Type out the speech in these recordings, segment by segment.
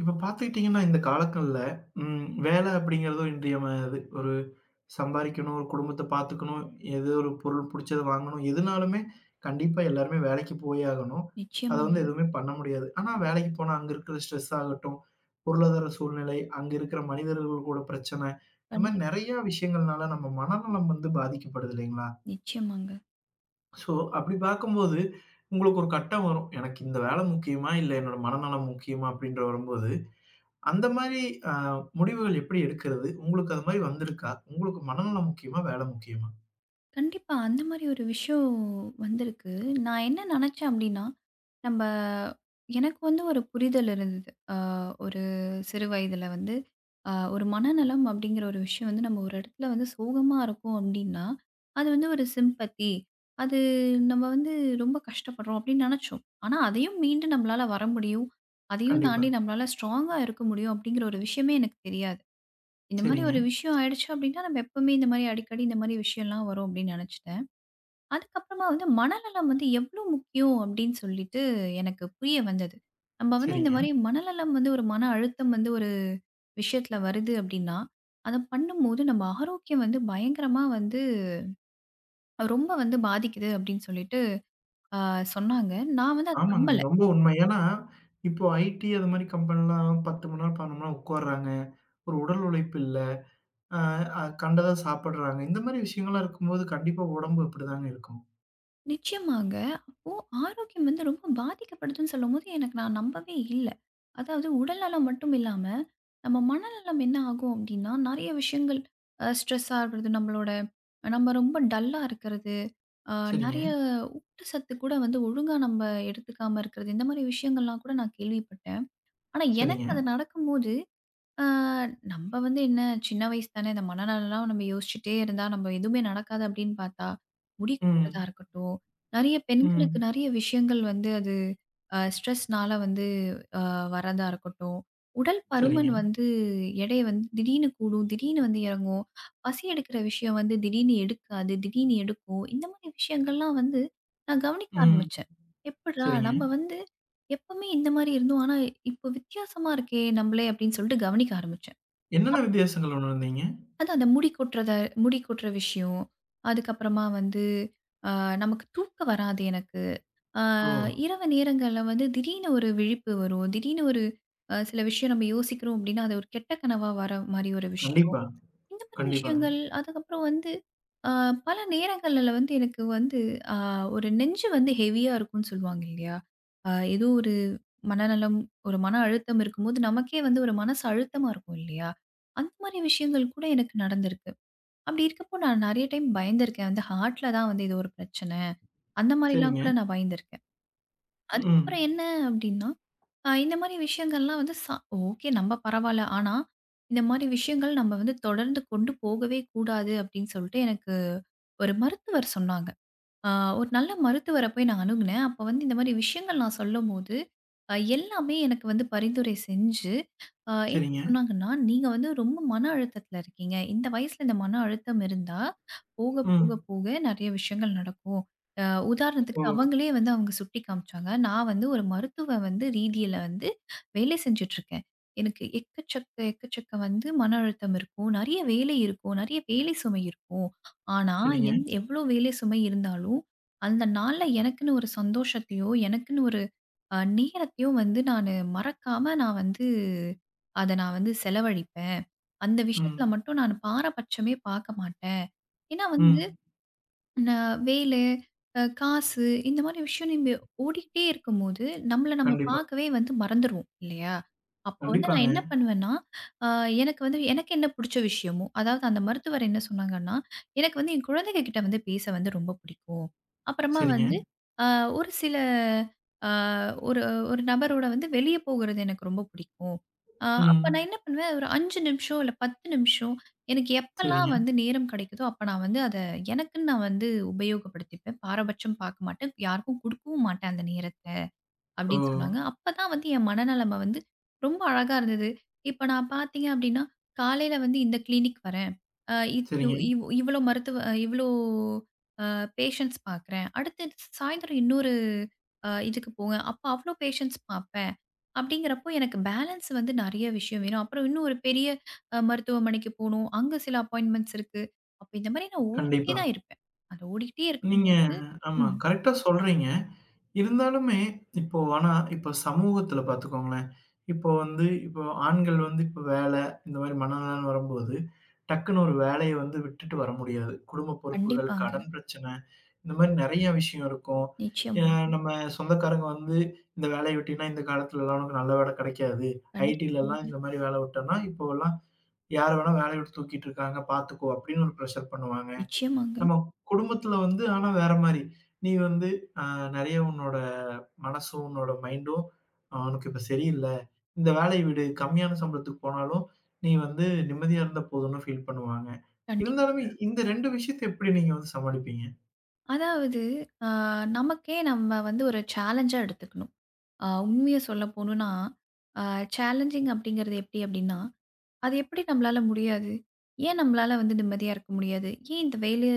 இப்ப பார்த்துக்கிட்டீங்கன்னா, இந்த காலங்கள்ல வேலை அப்படிங்கிறதும் இன்றியமையாது. ஒரு சம்பாரிக்கணும், ஒரு குடும்பத்த பார்த்துக்கணும், ஏதோ ஒரு பொருள் புடிச்சத வாங்கணும், எதுனாலுமே கண்டிப்பா எல்லாருமே வேலைக்கு போயே ஆகணும். அத நிச்சயமாங்க. வந்து எதுவுமே பண்ண முடியாது. ஆனா வேலைக்கு போனா அங்க இருக்கிற ஸ்ட்ரெஸ் ஆகட்டும், பொருளாதார சூழ்நிலை, அங்க இருக்கிற மனிதர்கள் கூட பிரச்சனை, இந்த மாரி கண்டிப்பா, நெறையா விஷயங்கள்னால நம்ம மனநலம் வந்து பாதிக்கப்படுது இல்லைங்களா? நிச்சயமாங்க. ஸோ அப்படி பார்க்கும்போது உங்களுக்கு ஒரு கட்டம் வரும். எனக்கு இந்த வேலை முக்கியமா? இல்ல என்னோட மனநலம் முக்கியமா? அப்படின்ற வரும்போது அந்த மாரி அ முடிவுகள் எப்படி எடுக்கிறது? உங்களுக்கு அது மாரி வந்திருக்கா? உங்களுக்கு மனநலம் முக்கியமா? வேலை முக்கியமா? கண்டிப்பா அந்த மாரி ஒரு விஷயம் வந்திருக்கு. நான் என்ன நெனச்சேன் அப்டின்னா, நம்ப எனக்கு வந்து ஒரு புரிதல் இருந்தது. ஒரு சிறு வயதில வந்து ஒரு மனநலம் அப்டிங்கிற ஒரு விஷயம் வந்து நம்ம ஒரு இடத்துல வந்து சோகமா இருக்கோம் அப்டின்னா, அது வந்து ஒரு சிம்பத்தி. அது நம்ம வந்து ரொம்ப கஷ்டப்படுறோம் அப்டின்னு நெனச்சோம். ஆனா அதையும் மீண்டு நம்மளால வர முடியும். அதையும் கண்டிப்பா. தாண்டி நம்மளால ஸ்ட்ராங்கா இருக்க முடியும் அப்டிங்கிற ஒரு விஷயமே எனக்கு தெரியாது. இந்த மாரி சரிங்க, ஒரு விஷயம் ஆயிடுச்சு அப்டின்னா, நம்ம எப்பவுமே இந்த மாரி அடிக்கடி இந்த மாரி விஷயம்லாம் வரும் அப்டின்னு நெனச்சுட்டேன். அதுக்கப்புறமா வந்து மனநலம் வந்து எவ்ளோ முக்கியம் அப்டின்னு சொல்லிட்டு எனக்கு புரிய வந்தது. நம்ம வந்து இந்த சரிங்க. மாரி மனநலம் வந்து ஒரு மன அழுத்தம் வந்து ஒரு விஷயத்துல வருது அப்டின்னா, அத பண்ணும்போது நம்ம ஆரோக்கியம் வந்து பயங்கரமா வந்து ரொம்ப வந்து பாதிக்குது அப்டின்னு சொல்லிட்டு ஆ சொன்னாங்க. நான் வந்து அத ஆமாங்க. நம்பல. ரொம்ப உண்மை. ஏன்னா, இப்போ ஐடி அது மாரி கம்பெனிலாம் 10 மணி நேரம், 12 மணி நேரம் உட்கார்றாங்க. ஒரு உடல் உழைப்பு இல்ல. அ அ கண்டத சாப்பிடுறாங்க. இந்த மாரி விஷயங்கள்லாம் இருக்கும்போது, கண்டிப்பா உடம்பு அப்படிதாங்க இருக்கும். நிச்சயமாங்க. அப்போ ஆரோக்கியம் வந்து ரொம்ப பாதிக்கப்படுதுன்னு சொல்லும்போது, எனக்கு நான் நம்பவே இல்ல. அதாவது உடல்நலம் மட்டும் இல்லாம, நம்ம மனநலம் என்ன ஆகும் அப்டின்னா, நெறைய விஷயங்கள் ஸ்ட்ரெஸ்ஸா இருக்கிறது, நம்மளோட நம்ம ரொம்ப டல்லா இருக்கிறது, அ சரிங்க, நெறைய ஊட்டச்சத்து கூட வந்து ஒழுங்கா நம்ம எடுத்துக்காம இருக்கிறது, இந்த மாரி விஷயங்கள்லாம் கூட நான் கேள்விப்பட்டேன். ஆனா எனக்கு சரிங்க. அது நடக்கும்போது ஆ, நம்ம வந்து என்ன சின்ன வயசு தானே! இந்த மனநலம்லாம் நம்ம யோசிச்சுட்டே இருந்தா, நம்ம எதுவுமே நடக்காது அப்படின்னு பார்த்தா, முடி கொட்டுறதா ம், இருக்கட்டும், நெறைய பெண்களுக்கு ம். நெறைய விஷயங்கள் வந்து அது ஸ்ட்ரெஸ்னால வந்து அ வரதா இருக்கட்டும். உடல் சரிங்க, பருமன் வந்து எடை வந்து திடீர்னு கூடும், திடீர்னு வந்து இறங்கும். பசி எடுக்கிற விஷயம் வந்து திடீர்னு எடுக்காது, திடீர்னு எடுக்கும். இந்த மாரி விஷயங்கள்லாம் வந்து நான் கவனிக்க ம். ஆரம்பிச்சேன். எப்புட்றா! சரிங்க. நம்ம வந்து எப்பவுமே இந்த மாரி இருந்தோம். ஆனா, இப்போ வித்தியாசமா இருக்கே நம்மளே அப்படின்னு சொல்லிட்டு கவனிக்க ஆரம்பிச்சேன். என்னென்ன வித்தியாசங்கள் உணர்ந்தீங்க? அதான் அந்த முடி கொட்டுற விஷயம். அதுக்கப்புறமா வந்து அ நமக்கு தூக்கம் வராது எனக்கு. அ ஓ! இரவு நேரங்கள்ல வந்து திடீர்னு ஒரு விழிப்பு வரும். திடீர்னு ஒரு சில விஷயம் நம்ம யோசிக்கிறோம் அப்படின்னா, அது ஒரு கெட்ட கனவா வர மாரி ஒரு விஷயம். கண்டிப்பா, இந்த மாதிரி கண்டிப்பாங்க. விஷயங்கள். அதுக்கப்புறம் வந்து அ பல நேரங்கள்ல வந்து எனக்கு வந்து அ ஒரு நெஞ்சு வந்து ஹெவியா இருக்கும்ன்னு சொல்லுவாங்க இல்லையா? ஏதோ ஒரு மனநலம், ஒரு மன அழுத்தம் இருக்கும்போது நமக்கே வந்து ஒரு மனசு அழுத்தமா இருக்கும் இல்லையா? அந்த மாதிரி விஷயங்கள் கூட எனக்கு நடந்திருக்கு. அப்படி இருக்கப்போ நான் நெறைய டைம் பயந்திருக்கேன். வந்து ஹார்ட்ல தான் வந்து ஏதோ ஒரு பிரச்சனை. அந்த மாதிரிலாம் சரிங்க, கூட நான் பயந்திருக்கேன். ம். அதுக்கப்புறம் என்ன அப்படின்னா இந்த மாரி விஷயங்கள்லாம் வந்து ஓகே நம்ம பரவால்ல. ஆனா, இந்த மாரி விஷயங்கள் நம்ம வந்து தொடர்ந்து கொண்டு போகவே கூடாது அப்படின்னு சொல்லிட்டு எனக்கு ஒரு மருத்துவர் சொன்னாங்க. ஆ, ஒரு நல்ல மருத்துவர போய் நான் அணுகுனேன். அப்ப வந்து இந்த மாரி விஷயங்கள் நான் சொல்லும்போது, எல்லாமே எனக்கு வந்து பரிந்துரை செஞ்சு, என்ன சரிங்க. சொன்னாங்கன்னா, "நீங்க வந்து ரொம்ப மன அழுத்தத்துல இருக்கீங்க. இந்த வயசுல இந்த மன அழுத்தம் இருந்தா, போக, போக, ம். போக நெறைய விஷயங்கள் நடக்கும்." அ ஓ! உதாரணத்துக்கு அவங்களே வந்து அவங்க சுட்டி காமிச்சாங்க. நான் வந்து ஒரு மருத்துவ வந்து ரீதியில வந்து வேலை செஞ்சுட்டுருக்கேன். எனக்கு எக்கச்சக்க, எக்கச்சக்க வந்து மன அழுத்தம் இருக்கும். நெறைய வேலை இருக்கும். நெறைய வேலை சுமை இருக்கும். ஆனா, சரிங்க. என் எவ்ளோ வேலை சுமை இருந்தாலும், அந்த நாள்ல எனக்குன்னு ஒரு சந்தோஷத்தையோ, எனக்குன்னு ஒரு நேரத்தையோ வந்து நானு மறக்காம நான் வந்து அத நான் வந்து செலவழிப்பேன். அந்த விஷயத்துல ம், மட்டும் நான் பாரபட்சமே பார்க்க மாட்டேன். ஏன்னா வந்து ம். நான் வேலை, காசு இந்த மாரி விஷயம் நம்ம ஓடிக்கிட்டே இருக்கும்போது, நம்மள நம்ம கண்டிப்பா, பார்க்கவே வந்து மறந்துருவோம் இல்லையா? அப்போ வந்து நான் கண்டிப்பாங்க. என்ன பண்ணுவேன்னா, அ எனக்கு வந்து எனக்கு என்ன பிடிச்ச விஷயமோ, அதாவது அந்த மருத்துவர் என்ன சொன்னாங்கன்னா, எனக்கு வந்து என் குழந்தைங்க கிட்ட வந்து பேச வந்து ரொம்ப பிடிக்கும். அப்புறமா சரிங்க. வந்து அ ஒரு சில அ ஒரு ஒரு நபரோட வந்து வெளிய போகுறது எனக்கு ரொம்ப பிடிக்கும். அ அப்ப நான் ம். என்ன பண்ணுவேன், ஒரு 5 நிமிஷம் இல்ல 10 நிமிஷம் எனக்கு எப்பல்லாம் சரிங்க. வந்து நேரம் கிடைக்குதோ, அப்ப நான் வந்து அத எனக்குன்னு நான் வந்து உபயோகப்படுத்திப்பேன். பாரபட்சம் பார்க்க மாட்டேன். யாருக்கும் குடுக்கவும் மாட்டேன் அந்த நேரத்த ஓ! அப்டின்னு சொன்னாங்க. அப்பதான் வந்து என் மனநெலைம வந்து ரொம்ப அழகா இருந்தது. இப்ப நான் பார்த்தீங்க அப்டின்னா, காலையில வந்து இந்த கிளினிக் வரேன். அ இத் சரிங்க. இவ் இவ் இவ்ளோ மருத்துவ இவ்ளோ பேஷண்ட்ஸ் பார்க்குறேன். அடுத்து சாயந்தரம் இன்னொரு இதுக்கு போவேன். அப்ப அவ்ளோ பேஷண்ட்ஸ் பார்ப்பேன். அப்படிங்கிறப்போ எனக்கு பேலன்ஸ் வந்து நெறைய விஷயம் வேணும். அப்புறம் இன்னும் ஒரு பெரிய மருத்துவமனைக்கு போணும். அங்க சில அப்பாயின்ட்மென்ட்ஸ் இருக்கு. அப்ப இந்த மாரி நான் ஓடிக்கிட்டே கண்டிப்பா. தான் இருப்பேன். அது ஓடிக்கிட்டே நீங்க இருக்கும்போது ஆமா, ம். கரெக்ட்டா சொல்றீங்க. இருந்தாலுமே, இப்போ ஆனா இப்போ சமூகத்துல பாத்துக்கோங்களேன், இப்போ வந்து இப்போ ஆண்கள் வந்து இப்போ வேல, இந்த மாரி மனநலம்ன்னு வரும்போது, டக்குன்னு ஒரு வேலைய வந்து விட்டுட்டு வர முடியாது. குடும்ப பொறுப்புகள், கண்டிப்பாங்க. கடன் பிரச்சனை இந்த மாரி நெறைய விஷயம் இருக்கும். அ நிச்சயமா. நம்ம சொந்தக்காரங்க வந்து இந்த வேலைய விட்டீன்னா, இந்த காலத்துலலாம் உனக்கு நல்ல வேலை கெடைக்காது. ஐடிலலாம் கண்டிப்பாங்க. இந்த மாரி வேலை விட்டோம்னா, இப்போலாம் யார வேணா வேலைய விட்டு தூக்கிட்டு இருக்காங்க பார்த்துக்கோ! அப்படின்னு ஒரு ப்ரெஷர் பண்ணுவாங்க. நிச்சயமாங்க. நம்ம குடும்பத்துல வந்து ஆனா வேற மாரி. நீ வந்து அ நெறைய உன்னோட மனசும், உன்னோட மைண்டும் உனக்கு இப்ப சரியில்ல. இந்த வேலைய விடு. கம்மியான சம்பளத்துக்கு போனாலும், நீ வந்து நிம்மதியா இருந்தா போதும்னு ஃபீல் பண்ணுவாங்க. கண்டிப்பா. இருந்தாலுமே இந்த 2 விஷயத்த எப்படி நீங்க வந்து சமாளிப்பீங்க? அதாவது அ நமக்கே நம்ம வந்து ஒரு சேலஞ்சா எடுத்துக்கணும். உண்மைய சொல்ல போணும்னா, அ சேலஞ்சிங் அப்படிங்கிறது எப்படி அப்படின்னா அது எப்படி நம்மளால முடியாது? ஏன் நம்மளால வந்து நிம்மதியா இருக்க முடியாது? ஏன் இந்த வேலை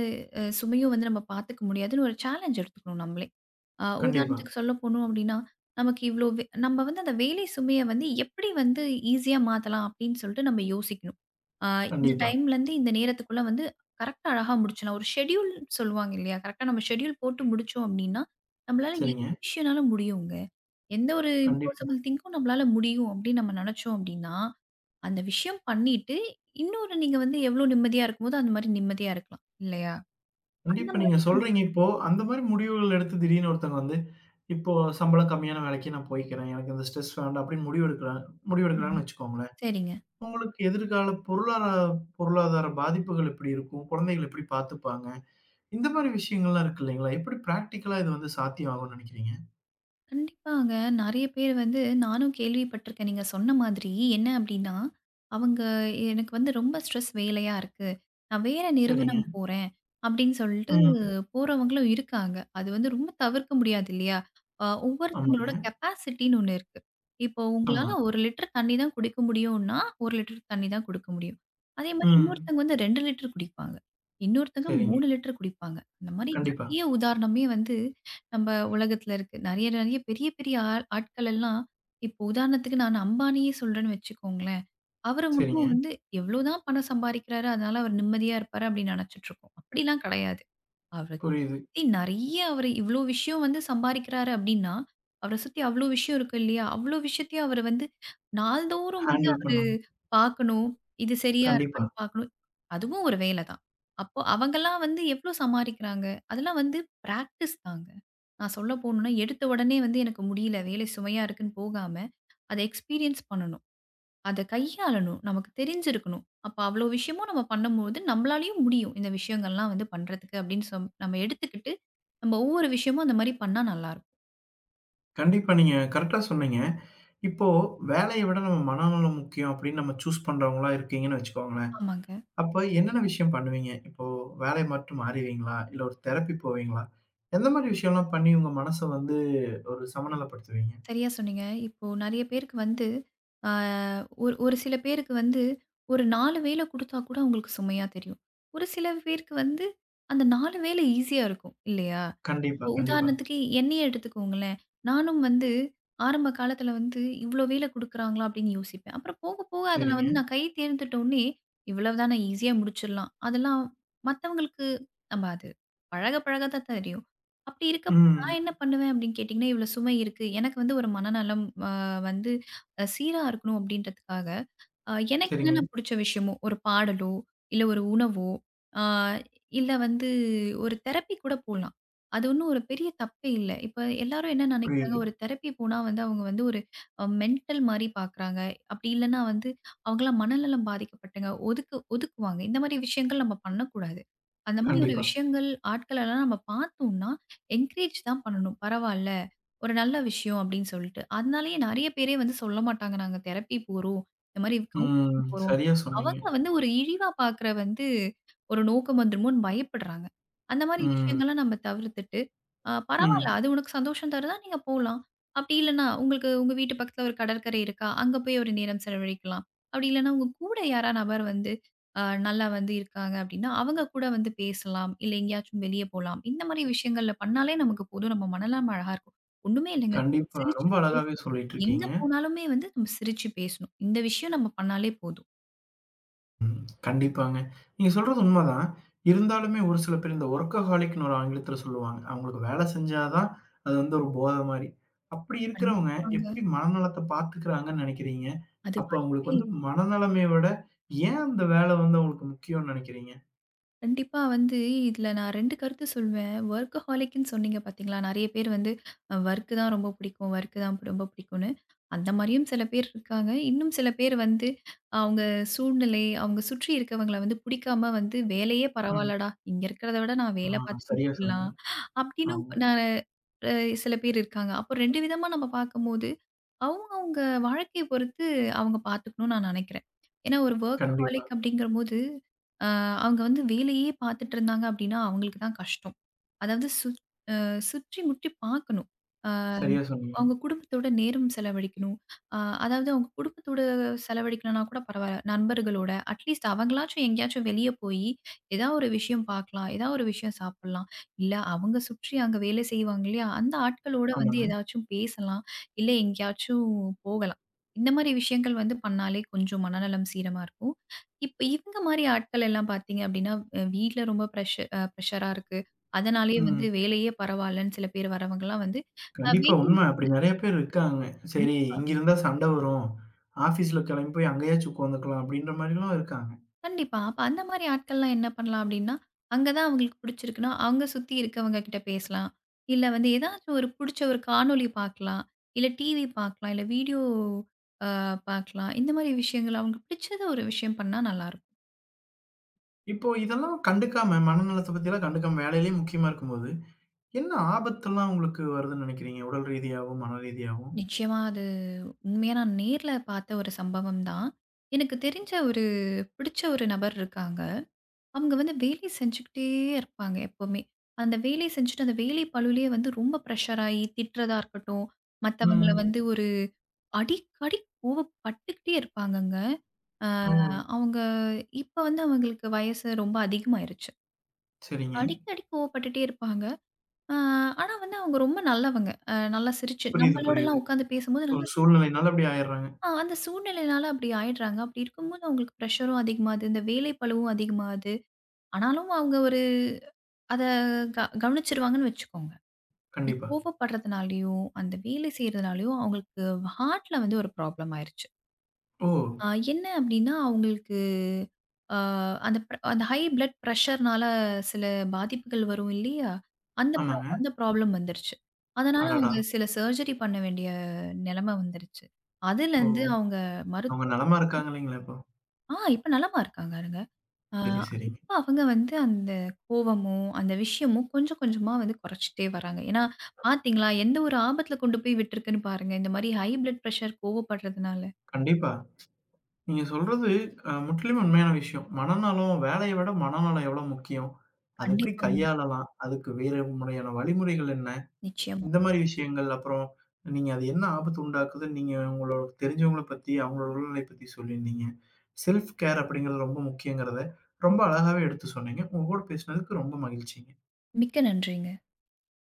சுமையும் வந்து நம்ம பார்த்துக்க முடியாதுன்னு ஒரு சேலஞ்ச் எடுத்துக்கணும் நம்மளே. கண்டிப்பா, உதாரணத்துக்கு சொல்ல போனோம் அப்படின்னா, நமக்கு இவ்ளோ நம்ம வந்து அந்த வேலை சுமைய வந்து எப்படி வந்து ஈஸியா மாத்தலாம் அப்படின்னு சொல்லிட்டு நம்ம யோசிக்கணும். அ இந்த கண்டிப்பா. டைம்லேருந்து இந்த நேரத்துக்குள்ள வந்து கரெக்ட்டா அழகா முடிச்சலாம். ஒரு ஷெட்யூல் சொல்லுவாங்க இல்லையா? கரெக்ட்டா நம்ம ஷெட்யூல் போட்டு முடிச்சோம் அப்படின்னா, நம்மளால சரிங்க. எந்த விஷயம்னாலும் முடியுங்க. எந்த ஒரு கண்டிப்பா. இம்பாசிபிள் திங்க்கும் நம்மளால முடியும் அப்படின்னு நம்ம நினைச்சோம் அப்படின்னா அந்த விஷயம் பண்ணிட்டு, இன்னொரு நீங்க வந்து எவ்ளோ நிம்மதியா இருக்கும்போதோ, அந்த மாரி நிம்மதியா இருக்கலாம். இல்லையா? அந்த கண்டிப்பா நீங்க மாரி நம்ம சொல்றீங்க இப்போ, அந்த மாரி முடிவுகள் எடுத்து திடீர்னு ஒருத்தங்க வந்து, இப்போ சம்பளம் கம்மியான வேலைக்கு நான் போய்க்கிறேன். எனக்கு இந்த ஸ்ட்ரெஸ் வேண்டாம் அப்படின்னு முடிவு பண்ணுங்க. எடுக்கிறாங்கன்னு வச்சுக்கோங்களேன். சரிங்க. உங்களுக்கு எதிர்கால பொருளாதார பொருளாதார பாதிப்புகள் எப்படி இருக்கும்? குழந்தைகள் எப்படி பார்த்துப்பாங்க? இந்த மாரி விஷயங்கள்லாம் இருக்கு இல்லைங்களா? எப்படி பிராக்டிகலா இது வந்து சாத்தியம் ஆகும்ன்னு நினைக்கிறீங்க? கண்டிப்பாங்க. நெறைய பேர் வந்து நானும் கேள்விப்பட்டுருக்கேன். நீங்க சொன்ன மாதிரி. என்ன அப்டின்னா, அவங்க எனக்கு வந்து ரொம்ப ஸ்ட்ரெஸ் வேலையா இருக்கு. நான் வேற சரிங்க. நிறுவனம் போறேன் அப்டின்னு சொல்லிட்டு ம். போறவங்களும் இருக்காங்க. அது வந்து ரொம்ப தவிர்க்க முடியாது இல்லையா? ஆமாங்க. ஒவ்வொருத்தவங்களோட கெப்பாசிட்டின்னு ஒண்ணு இருக்கு. இப்போ ஆமா. உங்களால 1 லிட்டர் தண்ணி தான் குடிக்க முடியும்னா, 1 லிட்டர் தண்ணி தான் குடுக்க முடியும். அதே மாரி ம். இன்னொருத்தவங்க வந்து 2 லிட்டர் குடிப்பாங்க. இன்னொருத்தங்க சரிங்க. 3 லிட்டர் குடிப்பாங்க. அந்த மாரி கண்டிப்பா. நெறைய உதாரணமே வந்து நம்ம உலகத்துல இருக்கு. நெறைய நெறைய பெரிய பெரிய ஆள் ஆட்கள் எல்லாம் இப்போ உதாரணத்துக்கு நான் அம்பானியே சொல்றேன்னு வச்சுக்கோங்களேன். அவர சரிங்க. இன்னும் வந்து எவ்வளோ தான் பணம் சம்பாரிக்கிறாரு, அதனால அவர் நிம்மதியா இருப்பாரு அப்படின்னு நெனைச்சுட்டு இருக்கோம். அப்படிலாம் கெடையாது. அவரு புரியுது. ஏய் நெறைய அவரு இவ்ளோ விஷயம் வந்து சம்பாரிக்கிறாரு அப்டின்னா, அவர சுத்தி அவ்ளோ விஷயம் இருக்கு இல்லையா? அவ்ளோ விஷயத்தையும் அவரு வந்து நாள்தோறும் வந்து ஹேண்டில் அவரு பண்ணணும். பார்க்கணும். இது சரியா கண்டிப்பா. இருக்கான்னு பார்க்கணும். அதுவும் ஒரு வேல தான். அப்போ அவங்கலாம் வந்து எவ்ளோ சமாரிக்கிறாங்க? அதெல்லாம் வந்து பிராக்டிஸ் தாங்க. நான் சொல்ல போணும்னா, எடுத்த உடனே வந்து எனக்கு முடியல, வேலை சுமையா இருக்குன்னு போகாம, அத எக்ஸ்பீரியன்ஸ் பண்ணணும். அத கையாளணும். நமக்கு தெரிஞ்சிருக்கணும். அப்ப அவ்ளோ விஷயமும் நம்ம பண்ணும்போது, நம்மளாலயும் முடியும். இந்த விஷயங்கள்லாம் வந்து பண்றதுக்கு அப்டின்னு நம்ம எடுத்துக்கிட்டு நம்ம ஒவ்வொரு விஷயமும் அந்த மாரி பண்ணா நல்லாயிருக்கும். கண்டிப்பா. நீங்க கரெக்ட்டா சொன்னீங்க. இப்போ வேலைய விட நம்ம மனநலம் முக்கியம் அப்படின்னு நம்ம சூஸ் பண்றவங்களா இருக்கீங்கன்னு வச்சுக்கோங்களேன். ஆமாங்க. அப்ப என்னென்ன விஷயம் பண்ணுவீங்க? இப்போ வேலை மட்டும் மாறுவீங்களா? இல்ல ஒரு தெரப்பி போவீங்களா? எந்த மாரி விஷயம்லாம் பண்ணி உங்க மனச வந்து ஒரு சமநிலைப்படுத்துவீங்க? சரியா சொன்னீங்க. இப்போ நெறைய பேருக்கு வந்து ஆ ஒரு ஒரு சில பேருக்கு வந்து ஒரு 4 வேலை குடுத்தா கூட அவங்களுக்கு சுமையா தெரியும். ஒரு சில பேருக்கு வந்து அந்த 4 வேலை ஈஸியா இருக்கும் இல்லையா? கண்டிப்பா, இப்போ கண்டிப்பா. உதாரணத்துக்கு என்னையே எடுத்துக்கோங்களேன். நானும் வந்து ஆரம்ப காலத்தில வந்து இவ்ளோ வேலை குடுக்குறாங்களா அப்படின்னு யோசிப்பேன். அப்புறம் போக போக அதில சரிங்க. வந்து நான் கை தேர்ந்துட்டோனே இவ்வளவு தான ஈஸியா முடிச்சிடலாம். அதெல்லாம் மத்தவங்களுக்கு நம்ம அது பழக பழக தான் தெரியும். அப்படி இருக்க ம். நான் என்ன பண்ணுவேன் அப்படின்னு கேட்டீங்கன்னா, இவ்வளோ சுமை இருக்கு. எனக்கு வந்து ஒரு மனநலம் வந்து சீரா இருக்கணும் அப்படின்றதுக்காக, எனக்கு சரிங்க. என்னென்ன புடிச்ச விஷயமோ, ஒரு பாடலோ, இல்ல ஒரு உணவோ, ஆ இல்ல வந்து ஒரு தெரப்பி கூட போலாம். அது ஒண்ணும் ஒரு பெரிய தப்பே இல்ல. இப்ப எல்லாரும் என்ன நெனைக்கிறாங்க, புரியுது. ஒரு தெரப்பி போனா வந்து அவங்க வந்து ஒரு மென்டல் மாரி பார்க்குறாங்க. அப்படி இல்லன்னா வந்து அவங்கலாம் மனநலம் பாதிக்கப்பட்டங்க ஒதுக்குவாங்க. இந்த மாரி விஷயங்கள் நம்ம பண்ணக்கூடாது. அந்த மாரி ஒரு கண்டிப்பா. விஷயங்கள் ஆட்களெல்லாம் நம்ம பார்த்தோம்னா, என்கரேஜ் தான் பண்ணணும். பரவால்ல. ஒரு நல்ல விஷயம் அப்படின்னு சொல்லிட்டு. அதனாலேயே நெறைய பேரே வந்து சொல்ல மாட்டாங்க. நாங்க தெரப்பி போறோம். இந்த மாரி ம். கவுன்சிலிங் போறோம். சரியா சொன்னீங்க. அவங்க வந்து ஒரு இழிவா பார்க்குற வந்து ஒரு நோக்கம் வந்துருமோன்னு பயப்படுறாங்க. அந்த மாரி ம். விஷயங்கள்லாம் நம்ம தவிர்த்துட்டு, பரவால்ல ம். அது உனக்கு சந்தோஷம் தருதா நீங்க போலாம். அப்படி இல்லன்னா உங்களுக்கு உங்க வீட்டு பக்கத்துல ஒரு கடற்கரை இருக்கா? அங்க போய் ஒரு நேரம் செலவழிக்கலாம். அப்படி இல்லன்னா உங்க கூட யாரா நபர் வந்து நல்லா வந்து இருக்காங்க அப்படின்னா, அவங்க கூட வந்து பேசலாம். இல்ல எங்கேயாச்சும் வெளிய போலாம். இந்த மாரி விஷயங்கள்ல பண்ணாலே நமக்கு போதும். நம்ம மனநலம் அழகா இருக்கும். ஒண்ணுமே இல்லங்க. கண்டிப்பா. சிரிச்சு ரொம்ப அழகாவே பேசணும். சொல்லிட்டு எங்க இருக்கீங்க. போனாலுமே வந்து நம்ம சிரிச்சு பேசணும். இந்த விஷயம் நம்ம பண்ணாலே போதும். கண்டிப்பாங்க. நீங்க சொல்றது உண்மதான். இருந்தாலுமே ஒரு சில பேர் இந்த வொர்க்கஹாலிக்ன்னு ஒரு ஆங்கிலத்தில சொல்லுவாங்க. அவங்களுக்கு வேல செஞ்சா தான் அது வந்து ஒரு போத மாரி. அப்படி இருக்கிறவங்க கண்டிப்பாங்க. எப்படி மனநலத்த பார்த்துக்கிறாங்கன்னு நினைக்கிறீங்க? அது அப்ப அவங்களுக்கு வாய்ப்பே வந்து மனநலமே விட ஏன் அந்த வேல வந்து அவங்களுக்கு முக்கியம்ன்னு நினைக்கிறீங்க? கண்டிப்பா வந்து, இதுல நான் 2 கருத்து சொல்வேன். வொர்க்கஹாலிக்ன்னு சொன்னீங்க பாத்தீங்களா? நெறைய பேர் வந்து வொர்க் தான் ரொம்ப பிடிக்கும், வொர்க் தான் ரொம்ப பிடிக்கும்னு. அந்த மாரியும் சில பேர் இருக்காங்க. இன்னும் சில பேர் வந்து அவங்க சூழ்நிலை, அவங்க சுற்றி இருக்கவங்கள வந்து பிடிக்காம வந்து வேலையே ம். பரவால்லடா! இங்க இருக்கிறத விட நான் வேல ஆ, பாத்துட்டே சரியா சொன்னீங்க. போயிடலாம். அப்டின்னும் ஆமா. நான் அ சில பேர் இருக்காங்க. அப்போ 2 விதமா நம்ம பாக்கும்போது, அவங்க அவங்க வாழ்க்கைய பொறுத்து அவங்க பாத்துக்கணும்னு நான் நெனைக்கிறேன். ஏன்னா ஒரு கண்டிப்பா. வொர்க்கஹாலிக் அப்டிங்கிறபோது, அ அவங்க வந்து வேலையே பார்த்துட்டு இருந்தாங்க அப்படின்னா, அவங்களுக்கு தான் கஷ்டம். அதாவது சுற்றி முற்றி பார்க்கணும். சரியா சொன்னீங்க. அவங்க குடும்பத்தோட நேரம் செலவழிக்கணும். அ அதாவது அவங்க குடும்பத்தோட செலவழிக்கலனா கூட பரவால்ல. நண்பர்களோட அட்லீஸ்ட் அவங்களாச்சும் எங்கேயாச்சும் வெளிய போயி, ஏதா ஒரு விஷயம் பார்க்கலாம். ஏதா ஒரு விஷயம் சாப்பிடலாம். இல்ல அவங்க சுற்றி அங்க வேலை செய்வாங்க இல்லையா? அந்த ஆட்களோட வந்து ஆமாங்க. ஏதாச்சும் பேசலாம். இல்ல எங்கேயாச்சும் போகலாம். இந்த மாரி விஷயங்கள் வந்து பண்ணாலே கொஞ்சம் மனநலம் சீரமா இருக்கும். இப்ப இவங்க மாரி ஆட்கள் எல்லாம் பார்த்தீங்க அப்படின்னா, வீட்ல ரொம்ப பிரஷர் பிரஷரா இருக்கு. அதனாலேயே வந்து ம். வேலையே பரவால்லன்னு சில பேர் வரவங்கலாம் வந்து, கண்டிப்பா வேலை உண்ம. அப்படி நெறைய பேர் இருக்காங்க. சரி, கண்டிப்பா, இங்க இருந்தா சண்ட வரும். ஆஃபீஸ்ல கெளம்பி போய் அங்கேயாச்சும் உட்காந்துக்கலாம் அப்படின்ற மாரிலாம் இருக்காங்க. கண்டிப்பா. அப்ப அந்த மாரி ஆட்கள்லாம் என்ன பண்ணலாம் அப்டின்னா, அங்க தான் அவங்களுக்கு புடிச்சிருக்குன்னா, அவங்க சுத்தி இருக்கவங்க கிட்ட பேசலாம். இல்ல வந்து ஏதாச்சும் ஒரு புடிச்ச ஒரு காணொளி பார்க்கலாம். இல்ல டிவி பார்க்கலாம். இல்ல வீடியோ பார்க்கலாம். இந்த மாரி விஷயங்கள் அவங்களுக்கு பிடிச்சத ஒரு விஷயம் பண்ணா நல்லாருக்கும். இப்போ இதெல்லாம் கண்டுக்காம, மனநலத்த பத்திலாம் கண்டுக்காம வேலையிலே முக்கியமா இருக்கும்போது, என்ன ஆபத்தெல்லாம் உங்களுக்கு வருதுன்னு நினைக்கிறீங்க? உடல் ரீதியாவும், மன ரீதியாவும்? நிச்சயமா அது உண்மையா நான் நேர்ல பார்த்த ஒரு சம்பவம் தான். எனக்கு தெரிஞ்ச ஒரு பிடிச்ச ஒரு நபர் இருக்காங்க. அவங்க வந்து வேலை செஞ்சுக்கிட்டே இருப்பாங்க எப்பவுமே. அந்த வேலை செஞ்சுட்டு, அந்த வேலை பளுவிலேயே வந்து ரொம்ப பிரஷர் ஆயி திட்டுறதா இருக்கட்டும், மத்தவங்கள ம். வந்து ஒரு அடிக்கடி கோவப்பட்டுக்கிட்டே இருப்பாங்கங்க. அ ஓ! அவங்க இப்ப வந்து அவங்களுக்கு வயசு ரொம்ப அதிகமாயிருச்சு. சரிங்க. அடிக்கடி கோவப்பட்டுட்டே இருப்பாங்க. அ ஆனா வந்து அவங்க ரொம்ப நல்லவங்க. நல்லா சிரிச்சு புரியுது, புரியுது. நம்மளோடலாம் உட்காந்து பேசும்போது ஒரு நல்லா சிரிச்சு சூழ்நிலையினால அப்படி ஆயிர்றாங்க. அந்த சூழ்நிலையினால அப்படி ஆயிடுறாங்க. அப்படி இருக்கும்போது அவங்களுக்கு பிரஷரும் அதிகமாகுது. இந்த வேலை பளுவும் அதிகமாகுது. ஆனாலும் அவங்க ஒரு அத கவனிச்சிருவாங்கன்னு வச்சுக்கோங்க. அது கண்டிப்பா. கோவப்படுறதுனாலயோ, அந்த வேலை செய்றதுனாலயோ அவங்களுக்கு ஹார்ட்ல வந்து ஒரு ப்ராப்ளம் ஆயிருச்சு. ஓ! அ என்ன அப்டின்னா, அவங்களுக்கு அ அந்த ஹை பிளட் பிரஷர்னால சில பாதிப்புகள் வரும் இல்லையா? ஆமாங்க. அந்த ப்ராப்ளம் வந்துருச்சு. அதனால அடடா! அவங்க சில சர்ஜரி பண்ண வேண்டிய நெலம வந்துருச்சு. ஓ! அதுலருந்து அவங்க அவங்க மருத்துவர் நலமா இருக்காங்க இல்லைங்களா இப்போ? இப்ப நலமா இருக்காங்க. ஆ சரி, சரிங்க. இப்ப அவங்க வந்து அந்த கோவமோ, அந்த விஷயமோ கொஞ்சம் கொஞ்சமா வந்து குறைச்சுட்டே வராங்க. ஏன்னா பார்த்தீங்களா, எந்த ஒரு ஆபத்தில கொண்டு போய் விட்டுருக்குன்னு பாருங்க. இந்த மாரி ஹை பிளட் பிரஷர் கோவப்படுறதுனால. கண்டிப்பா. நீங்க சொல்றது முற்றிலும் உண்மையான விஷயம். மனநலம் வேலைய விட மனநலம் எவ்வளோ முக்கியம்? அத எப்படி கண்டிப்பாங்க. கையாளலாம்? அதுக்கு வேறு முறையான வழிமுறைகள் என்ன? நிச்சயமா. இந்த மாரி விஷயங்கள் அப்புறம் நீங்க அது என்ன ஆபத்து உண்டாக்குதுன்னு நீங்க உங்களோட தெரிஞ்சவங்கள பத்தி, அவங்களோட உடல்நிலை பத்தி சொல்லியிருந்தீங்க. செல்ஃப் கேர் அப்படிங்கிறது ரொம்ப முக்கியங்கிறத ரொம்ப அழகாவே எடுத்து சொன்னீங்க. உங்க கூட பேசினதுக்கு ரொம்ப மகிழ்ச்சி. மிக்க நன்றிங்க.